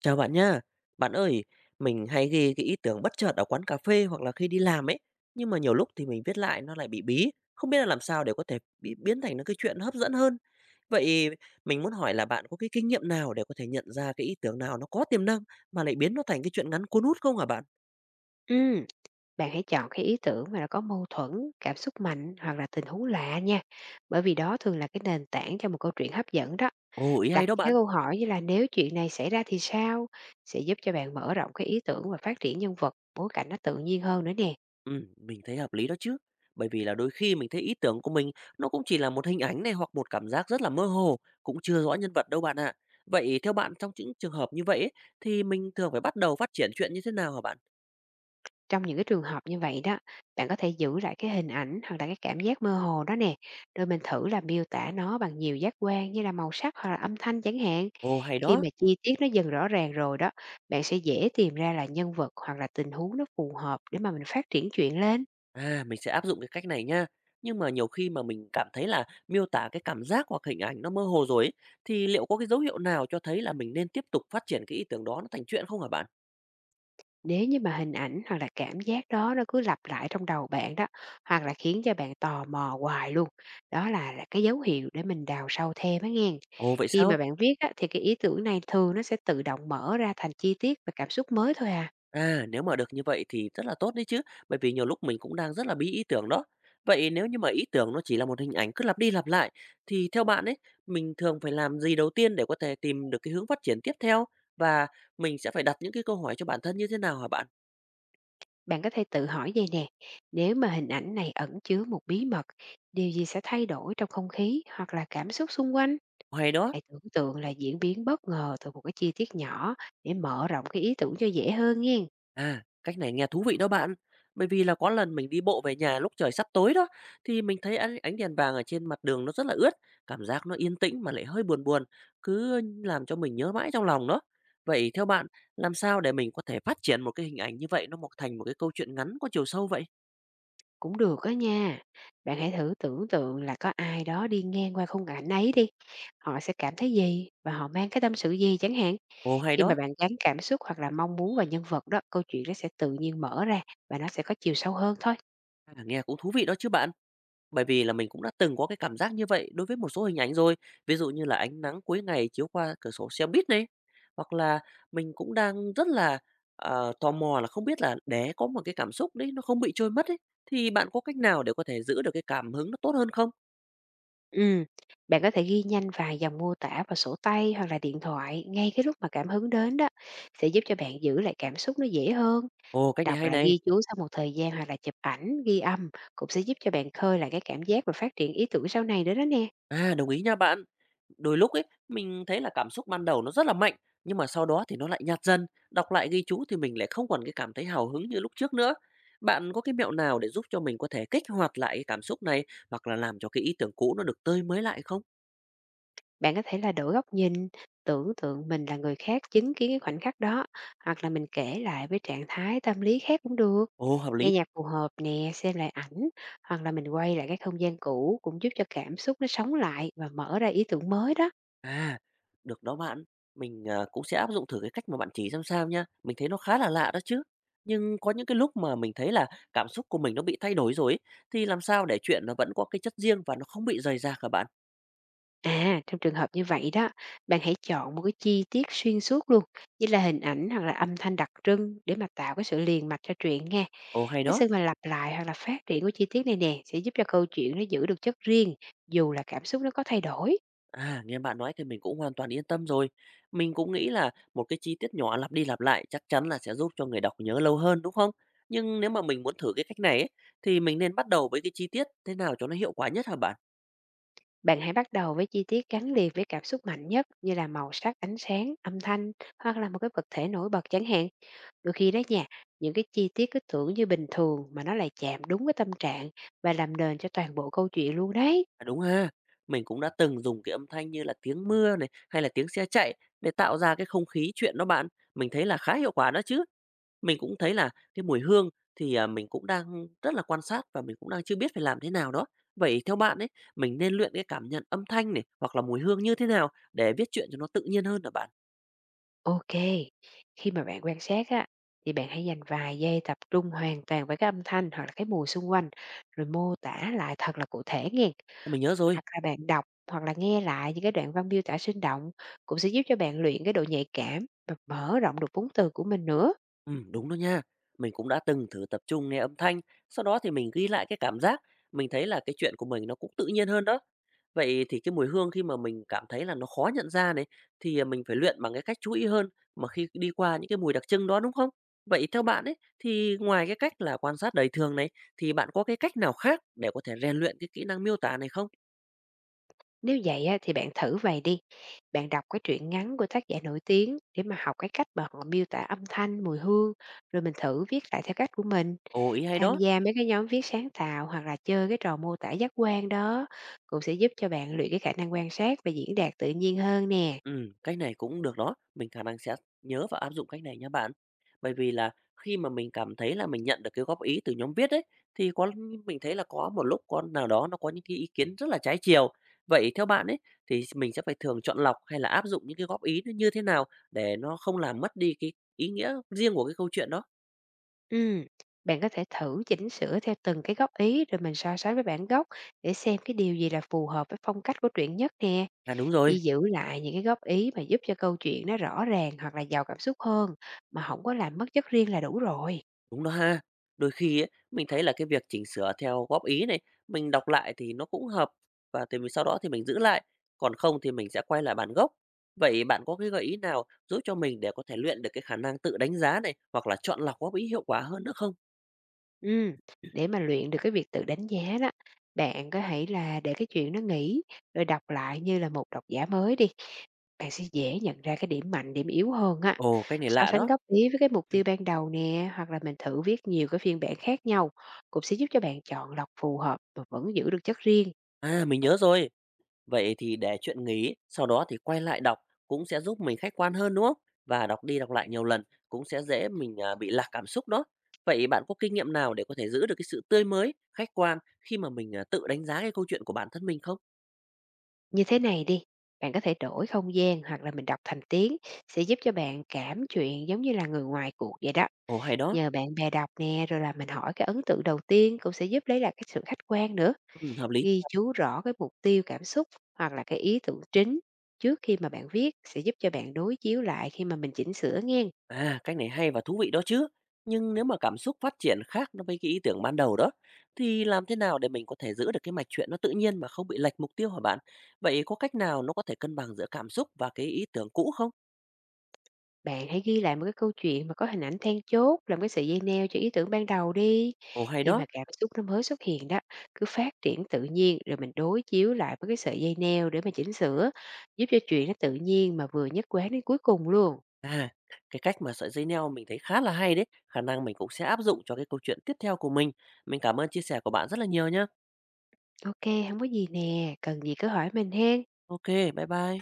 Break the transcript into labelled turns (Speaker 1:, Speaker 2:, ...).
Speaker 1: Chào bạn nha. Bạn ơi, mình hay ghi cái ý tưởng bất chợt ở quán cà phê hoặc là khi đi làm ấy, nhưng mà nhiều lúc thì mình viết lại nó lại bị bí, không biết là làm sao để có thể bị biến thành nó cái chuyện hấp dẫn hơn. Vậy mình muốn hỏi là bạn có cái kinh nghiệm nào để có thể nhận ra cái ý tưởng nào nó có tiềm năng mà lại biến nó thành cái chuyện ngắn cuốn hút không hả bạn?
Speaker 2: Ừm, bạn hãy chọn cái ý tưởng mà nó có mâu thuẫn, cảm xúc mạnh hoặc là tình huống lạ nha. Bởi vì đó thường là cái nền tảng cho một câu chuyện hấp dẫn đó.
Speaker 1: Ồ, ý
Speaker 2: Đặt
Speaker 1: hay đó
Speaker 2: những cái
Speaker 1: bạn.
Speaker 2: câu hỏi như là nếu chuyện này xảy ra thì sao sẽ giúp cho bạn mở rộng cái ý tưởng và phát triển nhân vật, bối cảnh nó tự nhiên hơn nữa nè.
Speaker 1: Mình thấy hợp lý đó chứ. Bởi vì là đôi khi mình thấy ý tưởng của mình nó cũng chỉ là một hình ảnh này hoặc một cảm giác rất là mơ hồ, cũng chưa rõ nhân vật đâu bạn ạ. Vậy theo bạn trong những trường hợp như vậy ấy, thì mình thường phải bắt đầu phát triển chuyện như thế nào hả bạn?
Speaker 2: Trong những cái trường hợp như vậy đó, bạn có thể giữ lại cái hình ảnh hoặc là cái cảm giác mơ hồ đó nè, rồi mình thử là miêu tả nó bằng nhiều giác quan như là màu sắc hoặc là âm thanh chẳng hạn.
Speaker 1: Ồ, hay
Speaker 2: Khi
Speaker 1: đó.
Speaker 2: mà chi tiết nó dần rõ ràng rồi đó, bạn sẽ dễ tìm ra là nhân vật hoặc là tình huống nó phù hợp để mà mình phát triển chuyện lên.
Speaker 1: À, mình sẽ áp dụng cái cách này nha. Nhưng mà nhiều khi mà mình cảm thấy là miêu tả cái cảm giác hoặc hình ảnh nó mơ hồ rồi ấy, thì liệu có cái dấu hiệu nào cho thấy là mình nên tiếp tục phát triển cái ý tưởng đó nó thành chuyện không hả bạn?
Speaker 2: Nếu như mà hình ảnh hoặc là cảm giác đó nó cứ lặp lại trong đầu bạn đó, hoặc là khiến cho bạn tò mò hoài luôn, đó là cái dấu hiệu để mình đào sâu thêm á nghen.
Speaker 1: Ồ, vậy
Speaker 2: Khi
Speaker 1: sao?
Speaker 2: mà bạn viết á, thì cái ý tưởng này thường nó sẽ tự động mở ra thành chi tiết và cảm xúc mới thôi à.
Speaker 1: À, nếu mà được như vậy thì rất là tốt đấy chứ, bởi vì nhiều lúc mình cũng đang rất là bí ý tưởng đó. Vậy nếu như mà ý tưởng nó chỉ là một hình ảnh cứ lặp đi lặp lại, thì theo bạn ấy, mình thường phải làm gì đầu tiên để có thể tìm được cái hướng phát triển tiếp theo? Và mình sẽ phải đặt những cái câu hỏi cho bản thân như thế nào hả bạn?
Speaker 2: Bạn có thể tự hỏi vậy nè, nếu mà hình ảnh này ẩn chứa một bí mật, điều gì sẽ thay đổi trong không khí hoặc là cảm xúc xung quanh?
Speaker 1: Hay đó.
Speaker 2: Hãy tưởng tượng là diễn biến bất ngờ từ một cái chi tiết nhỏ để mở rộng cái ý tưởng cho dễ hơn nha.
Speaker 1: À, cách này nghe thú vị đó bạn. Bởi vì là có lần mình đi bộ về nhà lúc trời sắp tối đó, thì mình thấy ánh đèn vàng ở trên mặt đường nó rất là ướt, cảm giác nó yên tĩnh mà lại hơi buồn buồn, cứ làm cho mình nhớ mãi trong lòng đó. Vậy theo bạn, làm sao để mình có thể phát triển một cái hình ảnh như vậy nó mọc thành một cái câu chuyện ngắn có chiều sâu vậy?
Speaker 2: Cũng được đó nha. Bạn hãy thử tưởng tượng là có ai đó đi ngang qua khung cảnh ấy đi, họ sẽ cảm thấy gì và họ mang cái tâm sự gì chẳng hạn.
Speaker 1: Ồ hay
Speaker 2: Khi mà
Speaker 1: đó,
Speaker 2: bạn gắn cảm xúc hoặc là mong muốn vào nhân vật đó, câu chuyện nó sẽ tự nhiên mở ra và nó sẽ có chiều sâu hơn thôi.
Speaker 1: à, nghe cũng thú vị đó chứ bạn. Bởi vì là mình cũng đã từng có cái cảm giác như vậy đối với một số hình ảnh rồi, ví dụ như là ánh nắng cuối ngày chiếu qua cửa sổ xe buýt này, hoặc là mình cũng đang rất là, tò mò là không biết là để có một cái cảm xúc đấy nó không bị trôi mất ấy, thì bạn có cách nào để có thể giữ được cái cảm hứng nó tốt hơn không?
Speaker 2: Ừm, bạn có thể ghi nhanh vài dòng mô tả vào sổ tay hoặc là điện thoại ngay cái lúc mà cảm hứng đến đó, sẽ giúp cho bạn giữ lại cảm xúc nó dễ hơn.
Speaker 1: Ồ, cách này
Speaker 2: Đọc
Speaker 1: hay
Speaker 2: lại
Speaker 1: này!
Speaker 2: ghi chú sau một thời gian hoặc là chụp ảnh, ghi âm cũng sẽ giúp cho bạn khơi lại cái cảm giác và phát triển ý tưởng sau này nữa đó nè.
Speaker 1: À, đồng ý nha bạn. Đôi lúc ấy, mình thấy là cảm xúc ban đầu nó rất là mạnh, nhưng mà sau đó thì nó lại nhạt dần. Đọc lại ghi chú thì mình lại không còn cái cảm thấy hào hứng như lúc trước nữa. Bạn có cái mẹo nào để giúp cho mình có thể kích hoạt lại cái cảm xúc này hoặc là làm cho cái ý tưởng cũ nó được tươi mới lại không?
Speaker 2: Bạn có thể là đổi góc nhìn, tưởng tượng mình là người khác chứng kiến cái khoảnh khắc đó, hoặc là mình kể lại với trạng thái tâm lý khác cũng được.
Speaker 1: Ồ, hợp lý.
Speaker 2: Nghe nhạc phù hợp nè, xem lại ảnh, hoặc là mình quay lại cái không gian cũ cũng giúp cho cảm xúc nó sống lại và mở ra ý tưởng mới đó.
Speaker 1: À, được đó bạn. Mình cũng sẽ áp dụng thử cái cách mà bạn chỉ xem sao nha. Mình thấy nó khá là lạ đó chứ. Nhưng có những cái lúc mà mình thấy là cảm xúc của mình nó bị thay đổi rồi ấy, thì làm sao để chuyện nó vẫn có cái chất riêng và nó không bị rời rạc hả bạn?
Speaker 2: À, trong trường hợp như vậy đó, bạn hãy chọn một cái chi tiết xuyên suốt luôn, như là hình ảnh hoặc là âm thanh đặc trưng để mà tạo cái sự liền mạch cho truyện nha.
Speaker 1: Ồ, hay
Speaker 2: Cái
Speaker 1: đó.
Speaker 2: sự mà lặp lại hoặc là phát triển của chi tiết này nè sẽ giúp cho câu chuyện nó giữ được chất riêng dù là cảm xúc nó có thay đổi.
Speaker 1: À, nghe bạn nói thì mình cũng hoàn toàn yên tâm rồi. Mình cũng nghĩ là một cái chi tiết nhỏ lặp đi lặp lại chắc chắn là sẽ giúp cho người đọc nhớ lâu hơn, đúng không? Nhưng nếu mà mình muốn thử cái cách này ấy, thì mình nên bắt đầu với cái chi tiết thế nào cho nó hiệu quả nhất hả bạn?
Speaker 2: Bạn hãy bắt đầu với chi tiết gắn liền với cảm xúc mạnh nhất như là màu sắc, ánh sáng, âm thanh hoặc là một cái vật thể nổi bật chẳng hạn. Đôi khi đó nha, những cái chi tiết cứ tưởng như bình thường mà nó lại chạm đúng cái tâm trạng và làm nền cho toàn bộ câu chuyện luôn đấy.
Speaker 1: À, đúng ha. Mình cũng đã từng dùng cái âm thanh như là tiếng mưa này hay là tiếng xe chạy để tạo ra cái không khí chuyện đó bạn. Mình thấy là khá hiệu quả đó chứ. Mình cũng thấy là cái mùi hương thì, à, mình cũng đang rất là quan sát và mình cũng đang chưa biết phải làm thế nào đó. Vậy theo bạn ấy, mình nên luyện cái cảm nhận âm thanh này, hoặc là mùi hương như thế nào để viết truyện cho nó tự nhiên hơn hả bạn?
Speaker 2: Ok, khi mà bạn quan sát á, thì bạn hãy dành vài giây tập trung hoàn toàn với cái âm thanh hoặc là cái mùi xung quanh rồi mô tả lại thật là cụ thể nghe.
Speaker 1: Mình nhớ rồi,
Speaker 2: Hoặc là bạn đọc hoặc là nghe lại những cái đoạn văn miêu tả sinh động cũng sẽ giúp cho bạn luyện cái độ nhạy cảm và mở rộng được vốn từ của mình nữa.
Speaker 1: đúng đó nha. Mình cũng đã từng thử tập trung nghe âm thanh, sau đó thì mình ghi lại cái cảm giác, mình thấy là cái chuyện của mình nó cũng tự nhiên hơn đó. Vậy thì cái mùi hương khi mà mình cảm thấy là nó khó nhận ra này, thì, à, mình phải luyện bằng cái cách chú ý hơn mà khi đi qua những cái mùi đặc trưng đó, đúng không? Vậy theo bạn ấy, thì ngoài cái cách là quan sát đời thường này, thì bạn có cái cách nào khác để có thể rèn luyện cái kỹ năng miêu tả này không?
Speaker 2: Nếu vậy á, thì bạn thử vậy đi. Bạn đọc cái truyện ngắn của tác giả nổi tiếng để mà học cái cách mà họ miêu tả âm thanh, mùi hương, rồi mình thử viết lại theo cách của mình.
Speaker 1: Ồ, ý hay
Speaker 2: Tham
Speaker 1: đó!
Speaker 2: gia mấy cái nhóm viết sáng tạo hoặc là chơi cái trò mô tả giác quan đó cũng sẽ giúp cho bạn luyện cái khả năng quan sát và diễn đạt tự nhiên hơn nè.
Speaker 1: Cách này cũng được đó, mình khả năng sẽ nhớ và áp dụng cách này nha bạn. Bởi vì là khi mà mình cảm thấy là mình nhận được cái góp ý từ nhóm viết ấy, thì mình thấy là có một lúc con nào đó nó có những cái ý kiến rất là trái chiều. Vậy theo bạn ấy, thì mình sẽ phải thường chọn lọc hay là áp dụng những cái góp ý nó như thế nào để nó không làm mất đi cái ý nghĩa riêng của cái câu chuyện đó?
Speaker 2: Ừm, bạn có thể thử chỉnh sửa theo từng cái góp ý rồi mình so sánh với bản gốc để xem cái điều gì là phù hợp với phong cách của truyện nhất nè.
Speaker 1: À, đúng
Speaker 2: Chỉ
Speaker 1: rồi.
Speaker 2: giữ lại những cái góp ý mà giúp cho câu chuyện nó rõ ràng hoặc là giàu cảm xúc hơn mà không có làm mất chất riêng là đủ rồi.
Speaker 1: Đúng đó ha. Đôi khi ấy, mình thấy là cái việc chỉnh sửa theo góp ý này, mình đọc lại thì nó cũng hợp và thì mình sau đó thì mình giữ lại, còn không thì mình sẽ quay lại bản gốc. Vậy bạn có cái gợi ý nào giúp cho mình để có thể luyện được cái khả năng tự đánh giá này hoặc là chọn lọc góp ý hiệu quả hơn nữa không?
Speaker 2: Ừm, để mà luyện được cái việc tự đánh giá đó, bạn có hãy là để cái chuyện nó nghỉ rồi đọc lại như là một độc giả mới đi. Bạn sẽ dễ nhận ra cái điểm mạnh, điểm yếu hơn á.
Speaker 1: Ồ, cách này
Speaker 2: So
Speaker 1: lạ
Speaker 2: sánh
Speaker 1: đó.
Speaker 2: góp ý với cái mục tiêu ban đầu nè, hoặc là mình thử viết nhiều cái phiên bản khác nhau, cũng sẽ giúp cho bạn chọn lọc phù hợp mà vẫn giữ được chất riêng.
Speaker 1: À, mình nhớ rồi. Vậy thì để chuyện nghỉ, sau đó thì quay lại đọc cũng sẽ giúp mình khách quan hơn, đúng không? Và đọc đi đọc lại nhiều lần cũng sẽ dễ mình bị lạc cảm xúc đó. Vậy bạn có kinh nghiệm nào để có thể giữ được cái sự tươi mới, khách quan khi mà mình tự đánh giá cái câu chuyện của bản thân mình không?
Speaker 2: Như thế này đi, bạn có thể đổi không gian hoặc là mình đọc thành tiếng sẽ giúp cho bạn cảm chuyện giống như là người ngoài cuộc vậy đó.
Speaker 1: Ồ, hay đó,
Speaker 2: Nhờ bạn bè đọc nè, rồi là mình hỏi cái ấn tượng đầu tiên cũng sẽ giúp lấy lại cái sự khách quan nữa.
Speaker 1: hợp lý.
Speaker 2: Ghi chú rõ cái mục tiêu cảm xúc hoặc là cái ý tưởng chính trước khi mà bạn viết sẽ giúp cho bạn đối chiếu lại khi mà mình chỉnh sửa nghe.
Speaker 1: À, cách này hay và thú vị đó chứ. Nhưng nếu mà cảm xúc phát triển khác nó với cái ý tưởng ban đầu đó, thì làm thế nào để mình có thể giữ được cái mạch truyện nó tự nhiên mà không bị lệch mục tiêu hả bạn? Vậy có cách nào nó có thể cân bằng giữa cảm xúc và cái ý tưởng cũ không?
Speaker 2: Bạn hãy ghi lại một cái câu chuyện mà có hình ảnh then chốt, làm cái sợi dây neo cho ý tưởng ban đầu đi.
Speaker 1: Ồ, hay
Speaker 2: Khi
Speaker 1: đó.
Speaker 2: mà cảm xúc nó mới xuất hiện đó, cứ phát triển tự nhiên rồi mình đối chiếu lại với cái sợi dây neo để mà chỉnh sửa, giúp cho chuyện nó tự nhiên mà vừa nhất quán đến cuối cùng luôn.
Speaker 1: À, cái cách mà sợi dây neo mình thấy khá là hay đấy, khả năng mình cũng sẽ áp dụng cho cái câu chuyện tiếp theo của mình. Mình cảm ơn chia sẻ của bạn rất là nhiều nhá.
Speaker 2: Ok, không có gì nè, cần gì cứ hỏi mình hen.
Speaker 1: OK, bye bye.